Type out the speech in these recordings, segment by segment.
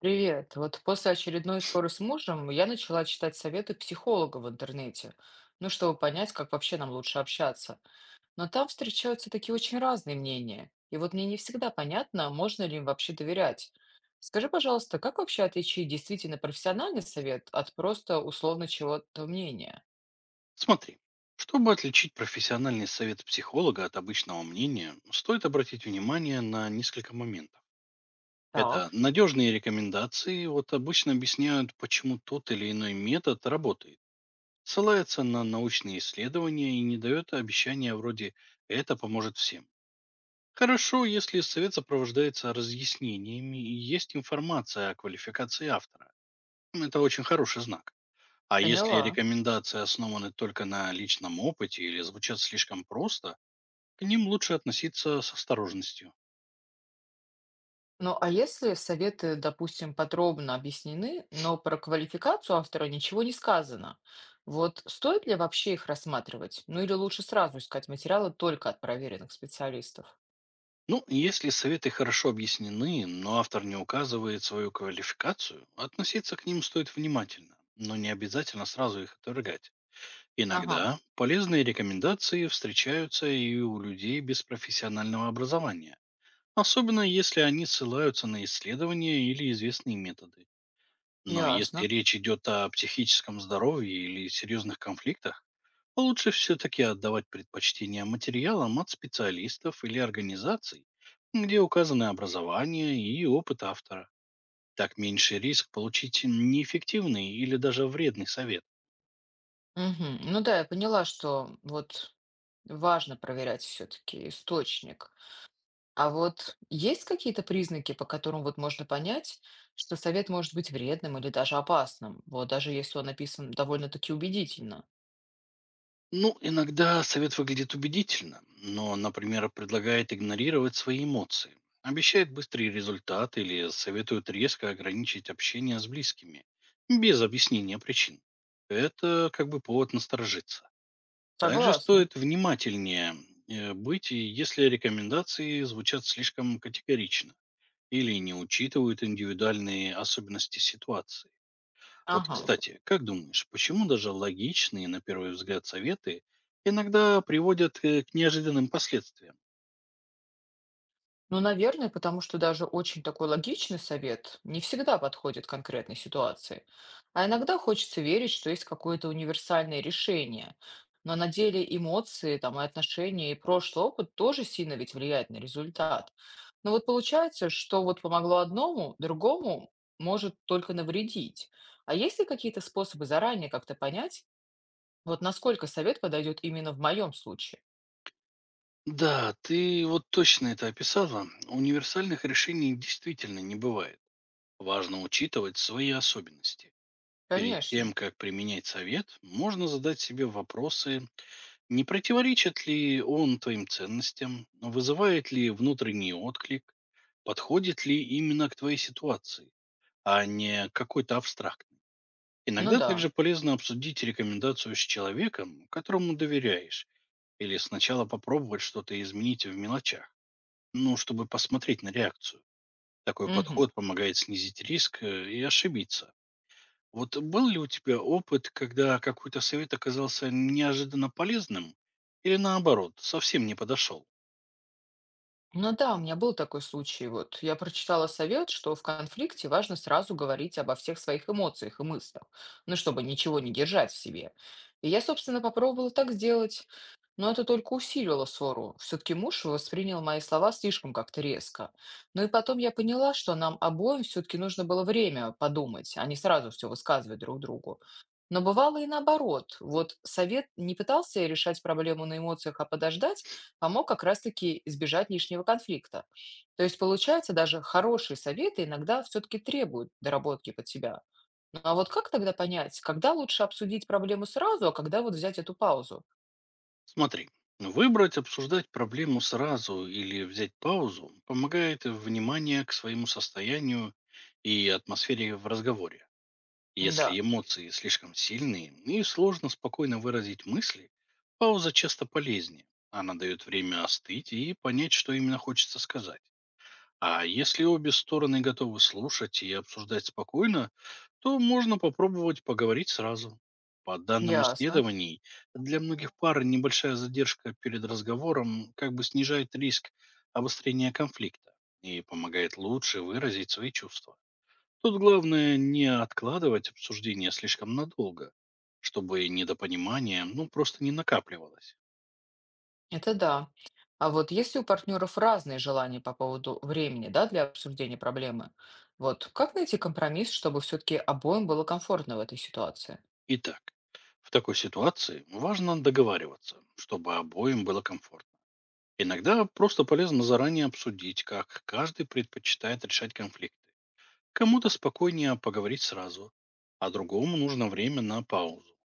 Привет. Вот после очередной ссоры с мужем я начала читать советы психолога в интернете, ну, чтобы понять, как вообще нам лучше общаться. Но там встречаются такие очень разные мнения. И вот мне не всегда понятно, можно ли им вообще доверять. Скажи, пожалуйста, как вообще отличить действительно профессиональный совет от просто условно чего-то мнения? Смотри, чтобы отличить профессиональный совет психолога от обычного мнения, стоит обратить внимание на несколько моментов. Это Так, надежные рекомендации вот обычно объясняют, почему тот или иной метод работает, ссылается на научные исследования и не дает обещания вроде «это поможет всем». Хорошо, если совет сопровождается разъяснениями и есть информация о квалификации автора. Это очень хороший знак. А если поняла. рекомендации основаны только на личном опыте или звучат слишком просто, к ним лучше относиться с осторожностью. Ну, а если советы, допустим, подробно объяснены, но про квалификацию автора ничего не сказано, вот стоит ли вообще их рассматривать? Ну или лучше сразу искать материалы только от проверенных специалистов? Ну, если советы хорошо объяснены, но автор не указывает свою квалификацию, относиться к ним стоит внимательно, но не обязательно сразу их отвергать. Ага, Иногда полезные рекомендации встречаются и у людей без профессионального образования, особенно если они ссылаются на исследования или известные методы. Но если ясно. речь идет о психическом здоровье или серьезных конфликтах, лучше все-таки отдавать предпочтение материалам от специалистов или организаций, где указаны образование и опыт автора. Так меньше риск получить неэффективный или даже вредный совет. Мгм. Ну да, я поняла, что вот важно проверять все-таки источник. А вот есть какие-то признаки, по которым вот можно понять, что совет может быть вредным или даже опасным, вот даже если он написан довольно-таки убедительно? Ну, иногда совет выглядит убедительно, но, например, предлагает игнорировать свои эмоции, обещает быстрые результаты или советует резко ограничить общение с близкими, без объяснения причин. Это как бы повод насторожиться. Также Согласна. стоит внимательнее быть, и если рекомендации звучат слишком категорично или не учитывают индивидуальные особенности ситуации. Вот, Ага. кстати, как думаешь, почему даже логичные, на первый взгляд, советы иногда приводят к неожиданным последствиям? Ну, наверное, потому что даже очень такой логичный совет не всегда подходит конкретной ситуации. А иногда хочется верить, что есть какое-то универсальное решение. Но на деле эмоции, там, и отношения, и прошлый опыт тоже сильно ведь влияет на результат. Но вот получается, что вот помогло одному, другому может только навредить. А есть ли какие-то способы заранее как-то понять, вот насколько совет подойдет именно в моем случае? Да, ты вот точно это описала. Универсальных решений действительно не бывает. Важно учитывать свои особенности. Перед тем, Конечно. как применять совет, можно задать себе вопросы, не противоречит ли он твоим ценностям, вызывает ли внутренний отклик, подходит ли именно к твоей ситуации, а не к какой-то абстракт. Ну Иногда также да. полезно обсудить рекомендацию с человеком, которому доверяешь, или сначала попробовать что-то изменить в мелочах, ну, чтобы посмотреть на реакцию. Такой Мгм. подход помогает снизить риск и ошибиться. Вот был ли у тебя опыт, когда какой-то совет оказался неожиданно полезным или наоборот, совсем не подошел? Ну да, у меня был такой случай. Вот я прочитала совет, что в конфликте важно сразу говорить обо всех своих эмоциях и мыслях, ну, чтобы ничего не держать в себе. И я, собственно, попробовала так сделать, но это только усилило ссору. Все-таки муж воспринял мои слова слишком как-то резко. Ну и потом я поняла, что нам обоим все-таки нужно было время подумать, а не сразу все высказывать друг другу. Но бывало и наоборот. Вот совет не пытался решать проблему на эмоциях, а подождать, помог как раз-таки избежать лишнего конфликта. То есть, получается, даже хорошие советы иногда все-таки требуют доработки под себя. Ну а вот как тогда понять, когда лучше обсудить проблему сразу, а когда вот взять эту паузу? Смотри, выбрать, обсуждать проблему сразу или взять паузу помогает внимание к своему состоянию и атмосфере в разговоре. Да, Если эмоции слишком сильные ну и сложно спокойно выразить мысли, пауза часто полезнее. Она дает время остыть и понять, что именно хочется сказать. А если обе стороны готовы слушать и обсуждать спокойно, то можно попробовать поговорить сразу. По данным ясно. исследований, для многих пар небольшая задержка перед разговором как бы снижает риск обострения конфликта и помогает лучше выразить свои чувства. Тут главное не откладывать обсуждение слишком надолго, чтобы недопонимание ну, просто не накапливалось. Это да. А вот если у партнеров разные желания по поводу времени, да, для обсуждения проблемы, вот как найти компромисс, чтобы все-таки обоим было комфортно в этой ситуации? Итак, в такой ситуации важно договариваться, чтобы обоим было комфортно. Иногда просто полезно заранее обсудить, как каждый предпочитает решать конфликты. Кому-то спокойнее поговорить сразу, а другому нужно время на паузу.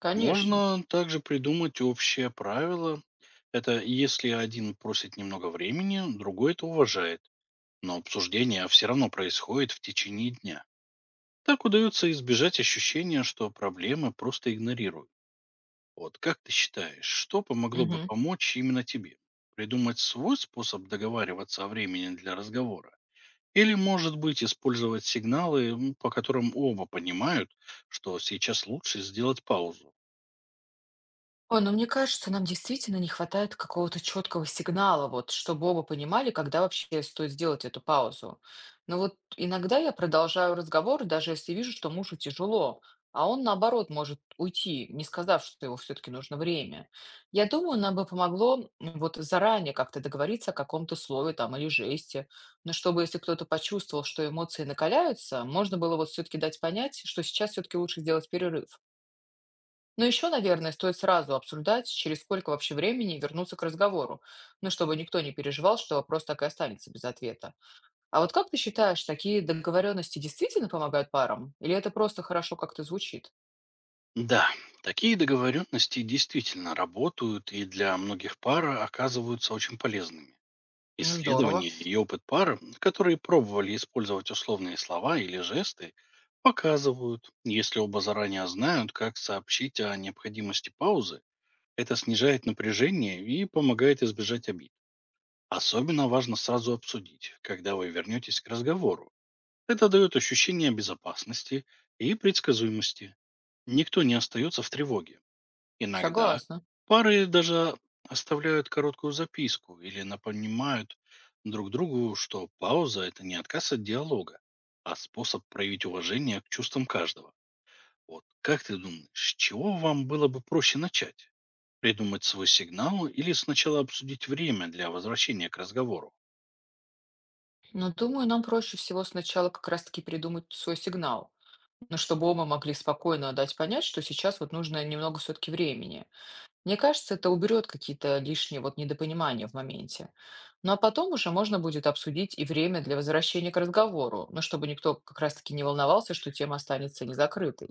Конечно. Можно также придумать общее правило. Это если один просит немного времени, другой это уважает но обсуждение все равно происходит в течение дня. Так удается избежать ощущения, что проблемы просто игнорируют. Вот как ты считаешь, что помогло бы Мгм. помочь именно тебе? Придумать свой способ договариваться о времени для разговора? Или, может быть, использовать сигналы, по которым оба понимают, что сейчас лучше сделать паузу? Ой, ну мне кажется, нам действительно не хватает какого-то четкого сигнала, вот, чтобы оба понимали, когда вообще стоит сделать эту паузу. Но вот иногда я продолжаю разговор, даже если вижу, что мужу тяжело, а он, наоборот, может уйти, не сказав, что его все-таки нужно время. Я думаю, нам бы помогло вот заранее как-то договориться о каком-то слове там или жесте, но чтобы, если кто-то почувствовал, что эмоции накаляются, можно было вот все-таки дать понять, что сейчас все-таки лучше сделать перерыв. Но еще, наверное, стоит сразу обсуждать, через сколько вообще времени вернуться к разговору, ну, чтобы никто не переживал, что вопрос так и останется без ответа. А вот как ты считаешь, такие договоренности действительно помогают парам? Или это просто хорошо как-то звучит? Да, такие договоренности действительно работают и для многих пар оказываются очень полезными. Ну, Исследования здорово. и опыт пар, которые пробовали использовать условные слова или жесты, показывают, если оба заранее знают, как сообщить о необходимости паузы, это снижает напряжение и помогает избежать обид. Особенно важно сразу обсудить, когда вы вернетесь к разговору. Это дает ощущение безопасности и предсказуемости. Никто не остается в тревоге. Иногда Согласна. пары даже оставляют короткую записку или напоминают друг другу, что пауза– это не отказ от диалога, а способ проявить уважение к чувствам каждого. Вот как ты думаешь, с чего вам было бы проще начать? Придумать свой сигнал или сначала обсудить время для возвращения к разговору? Но думаю, нам проще всего сначала как раз-таки придумать свой сигнал, но чтобы оба могли спокойно дать понять, что сейчас вот нужно немного все-таки времени. Мне кажется, это уберет какие-то лишние вот недопонимания в моменте. Ну а потом уже можно будет обсудить и время для возвращения к разговору, ну чтобы никто как раз-таки не волновался, что тема останется незакрытой.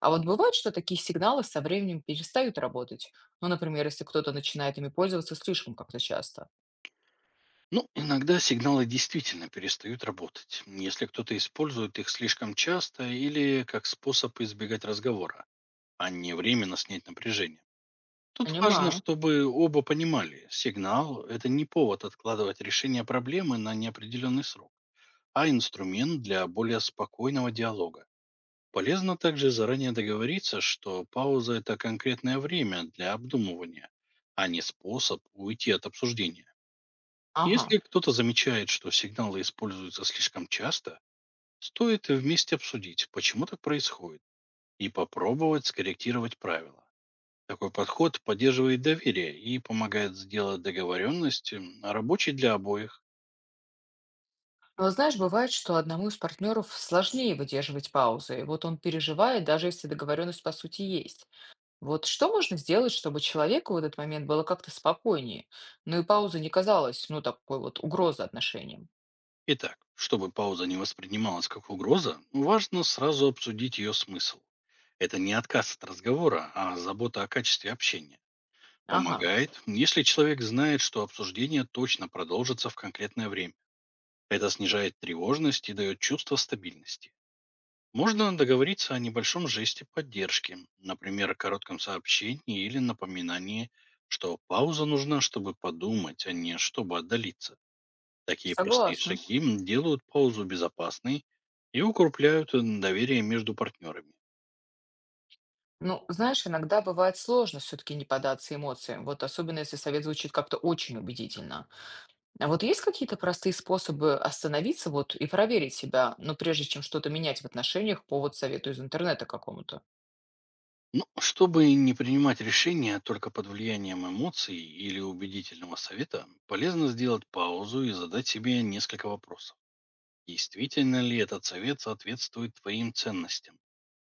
А вот бывает, что такие сигналы со временем перестают работать. Ну, например, если кто-то начинает ими пользоваться слишком как-то часто. Ну, иногда сигналы действительно перестают работать, если кто-то использует их слишком часто или как способ избегать разговора, а не временно снять напряжение. Тут важно, Понимаю. чтобы оба понимали, сигнал– это не повод откладывать решение проблемы на неопределенный срок, а инструмент для более спокойного диалога. Полезно также заранее договориться, что пауза– это конкретное время для обдумывания, а не способ уйти от обсуждения. Если Ага. кто-то замечает, что сигналы используются слишком часто, стоит вместе обсудить, почему так происходит, и попробовать скорректировать правила. Такой подход поддерживает доверие и помогает сделать договоренности рабочей для обоих. Но вот знаешь, бывает, что одному из партнеров сложнее выдерживать паузы. И вот он переживает, даже если договоренность по сути есть. Вот что можно сделать, чтобы человеку в этот момент было как-то спокойнее? Ну и пауза не казалась, ну, такой вот угрозой отношениям. Итак, чтобы пауза не воспринималась как угроза, важно сразу обсудить ее смысл. Это не отказ от разговора, а забота о качестве общения. Ага, Помогает, если человек знает, что обсуждение точно продолжится в конкретное время. Это снижает тревожность и дает чувство стабильности. Можно договориться о небольшом жесте поддержки, например, о коротком сообщении или напоминании, что пауза нужна, чтобы подумать, а не чтобы отдалиться. Такие простые согласна. шаги делают паузу безопасной и укрепляют доверие между партнерами. Ну, знаешь, иногда бывает сложно все-таки не поддаться эмоциям, вот особенно если совет звучит как-то очень убедительно. А вот есть какие-то простые способы остановиться вот и проверить себя, но прежде чем что-то менять в отношениях по вот совету из интернета какому-то? Ну, чтобы не принимать решения только под влиянием эмоций или убедительного совета, полезно сделать паузу и задать себе несколько вопросов. Действительно ли этот совет соответствует твоим ценностям?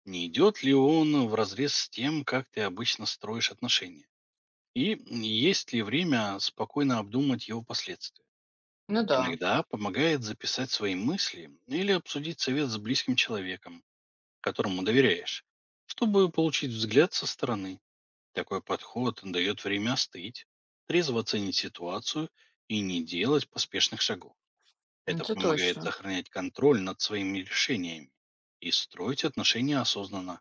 Не идет ли он вразрез с тем, как ты обычно строишь отношения? И есть ли время спокойно обдумать его последствия? Ну да, Иногда помогает записать свои мысли или обсудить совет с близким человеком, которому доверяешь, чтобы получить взгляд со стороны. Такой подход дает время остыть, трезво оценить ситуацию и не делать поспешных шагов. Это это помогает точно. сохранять контроль над своими решениями и строить отношения осознанно.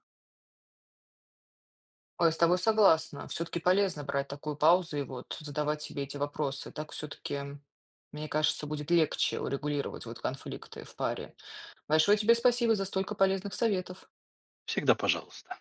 Ой, с тобой согласна. Все-таки полезно брать такую паузу и вот задавать себе эти вопросы. Так все-таки, мне кажется, будет легче урегулировать вот конфликты в паре. Большое тебе спасибо за столько полезных советов. Всегда пожалуйста.